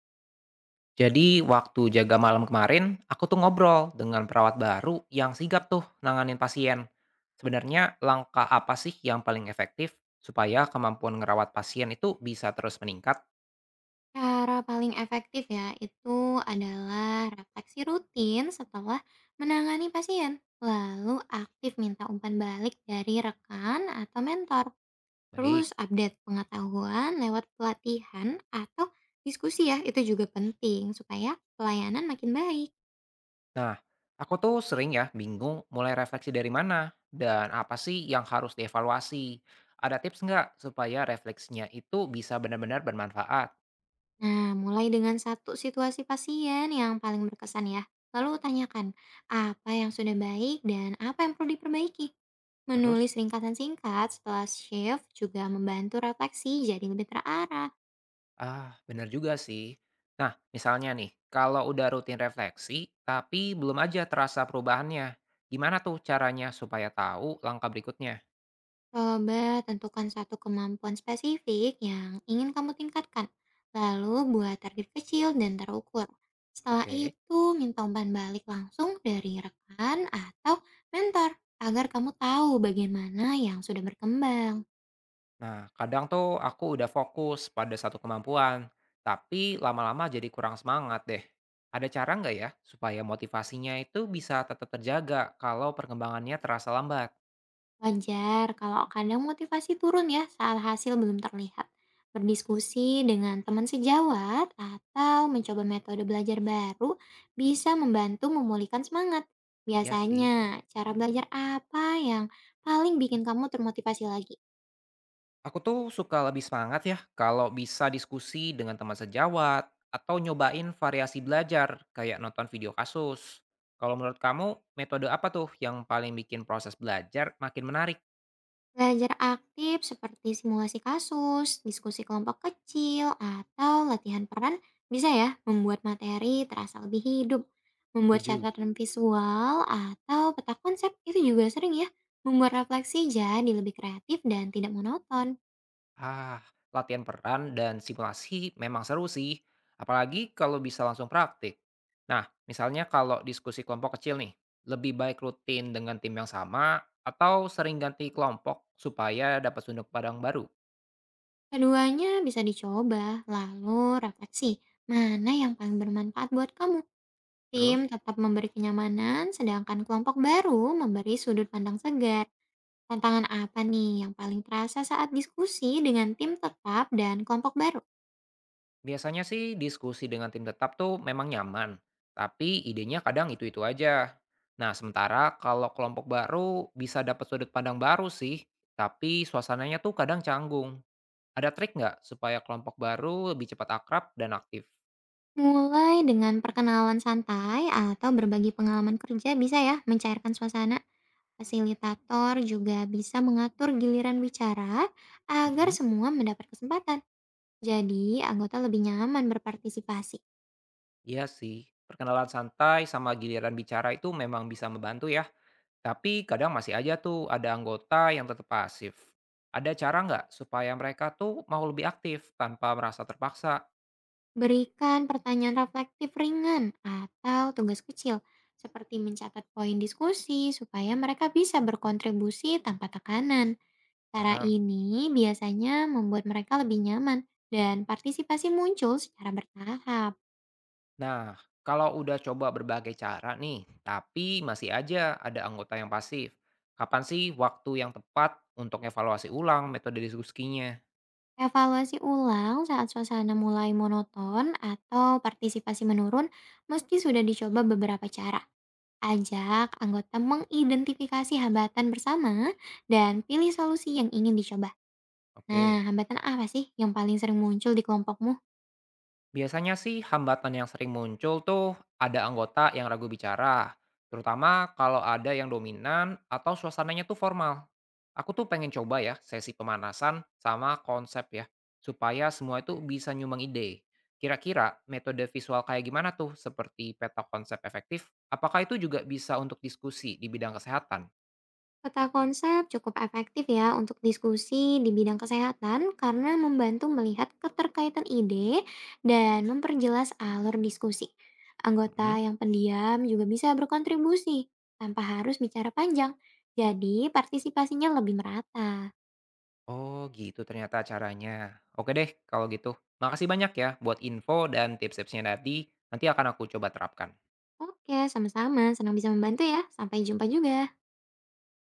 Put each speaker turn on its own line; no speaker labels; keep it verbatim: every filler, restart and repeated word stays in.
Jadi waktu jaga malam kemarin, aku tuh ngobrol dengan perawat baru yang sigap tuh nanganin pasien. Sebenarnya langkah apa sih yang paling efektif supaya kemampuan ngerawat pasien itu bisa terus meningkat?
Cara paling efektif ya, itu adalah refleksi rutin setelah menangani pasien. Lalu aktif minta umpan balik dari rekan atau mentor. Terus
Baik.
update pengetahuan lewat pelatihan atau diskusi ya, itu juga penting supaya pelayanan makin baik.
Nah, aku tuh sering ya bingung mulai refleksi dari mana dan apa sih yang harus dievaluasi. Ada tips nggak supaya refleksinya itu bisa benar-benar bermanfaat?
Nah, mulai dengan satu situasi pasien yang paling berkesan ya. Lalu tanyakan, apa yang sudah baik dan apa yang perlu diperbaiki.
Terus?
Menulis ringkasan singkat setelah shift juga membantu refleksi jadi lebih terarah.
Ah, benar juga sih. Nah, misalnya nih, kalau udah rutin refleksi, tapi belum aja terasa perubahannya, gimana tuh caranya supaya tahu langkah berikutnya?
Coba tentukan satu kemampuan spesifik yang ingin kamu tingkatkan. Lalu buat target kecil dan terukur. Setelah
Oke.
itu, minta umpan balik langsung dari rekan atau mentor agar kamu tahu bagian mana yang sudah berkembang.
Nah, kadang tuh aku udah fokus pada satu kemampuan, tapi lama-lama jadi kurang semangat deh. Ada cara nggak ya supaya motivasinya itu bisa tetap terjaga kalau perkembangannya terasa lambat?
Wajar kalau kadang motivasi turun ya saat hasil belum terlihat. Berdiskusi dengan teman sejawat atau mencoba metode belajar baru bisa membantu memulihkan semangat.
Iya sih.
Biasanya, cara belajar apa yang paling bikin kamu termotivasi lagi?
Aku tuh suka lebih semangat ya kalau bisa diskusi dengan teman sejawat atau nyobain variasi belajar kayak nonton video kasus. Kalau menurut kamu, metode apa tuh yang paling bikin proses belajar makin menarik?
Belajar aktif seperti simulasi kasus, diskusi kelompok kecil, atau latihan peran bisa ya membuat materi terasa lebih hidup. Membuat
Tujuh.
catatan visual atau peta konsep itu juga sering ya membuat refleksi jadi lebih kreatif dan tidak monoton.
Ah, latihan peran dan simulasi memang seru sih, apalagi kalau bisa langsung praktik. Nah, misalnya kalau diskusi kelompok kecil nih, lebih baik rutin dengan tim yang sama atau sering ganti kelompok supaya dapat sudut pandang baru.
Keduanya bisa dicoba, lalu refleksi mana yang paling bermanfaat buat kamu. Tim
Terus?
tetap memberi kenyamanan, sedangkan kelompok baru memberi sudut pandang segar. Tantangan apa nih yang paling terasa saat diskusi dengan tim tetap dan kelompok baru?
Biasanya sih diskusi dengan tim tetap tuh memang nyaman, tapi idenya kadang itu-itu aja. Nah, sementara kalau kelompok baru bisa dapat sudut pandang baru sih, tapi suasananya tuh kadang canggung. Ada trik nggak supaya kelompok baru lebih cepat akrab dan aktif?
Mulai dengan perkenalan santai atau berbagi pengalaman kerja bisa ya mencairkan suasana. Fasilitator juga bisa mengatur giliran bicara agar
Mhm.
semua mendapat kesempatan. Jadi, anggota lebih nyaman berpartisipasi.
Iya sih, perkenalan santai sama giliran bicara itu memang bisa membantu ya. Tapi kadang masih aja tuh ada anggota yang tetap pasif. Ada cara nggak supaya mereka tuh mau lebih aktif tanpa merasa terpaksa?
Berikan pertanyaan reflektif ringan atau tugas kecil seperti mencatat poin diskusi supaya mereka bisa berkontribusi tanpa tekanan. Cara
Paham?
ini biasanya membuat mereka lebih nyaman dan partisipasi muncul secara bertahap.
Nah, kalau udah coba berbagai cara nih, tapi masih aja ada anggota yang pasif. Kapan sih waktu yang tepat untuk evaluasi ulang metode diskusinya?
Evaluasi ulang saat suasana mulai monoton atau partisipasi menurun meski sudah dicoba beberapa cara. Ajak anggota mengidentifikasi hambatan bersama dan pilih solusi yang ingin dicoba.
Oke.
Nah, hambatan apa sih yang paling sering muncul di kelompokmu?
Biasanya sih hambatan yang sering muncul tuh ada anggota yang ragu bicara, terutama kalau ada yang dominan atau suasananya tuh formal. Aku tuh pengen coba ya sesi pemanasan sama konsep ya, supaya semua itu bisa nyumbang ide. Kira-kira metode visual kayak gimana tuh seperti peta konsep efektif? Apakah itu juga bisa untuk diskusi di bidang kesehatan?
Peta konsep cukup efektif ya untuk diskusi di bidang kesehatan karena membantu melihat keterkaitan ide dan memperjelas alur diskusi. Anggota yang pendiam juga bisa berkontribusi tanpa harus bicara panjang. Jadi partisipasinya lebih merata.
Oh, gitu ternyata caranya. Oke deh, kalau gitu. Makasih banyak ya buat info dan tips-tipsnya tadi. Nanti akan aku coba terapkan.
Oke, sama-sama. Senang bisa membantu ya. Sampai jumpa juga.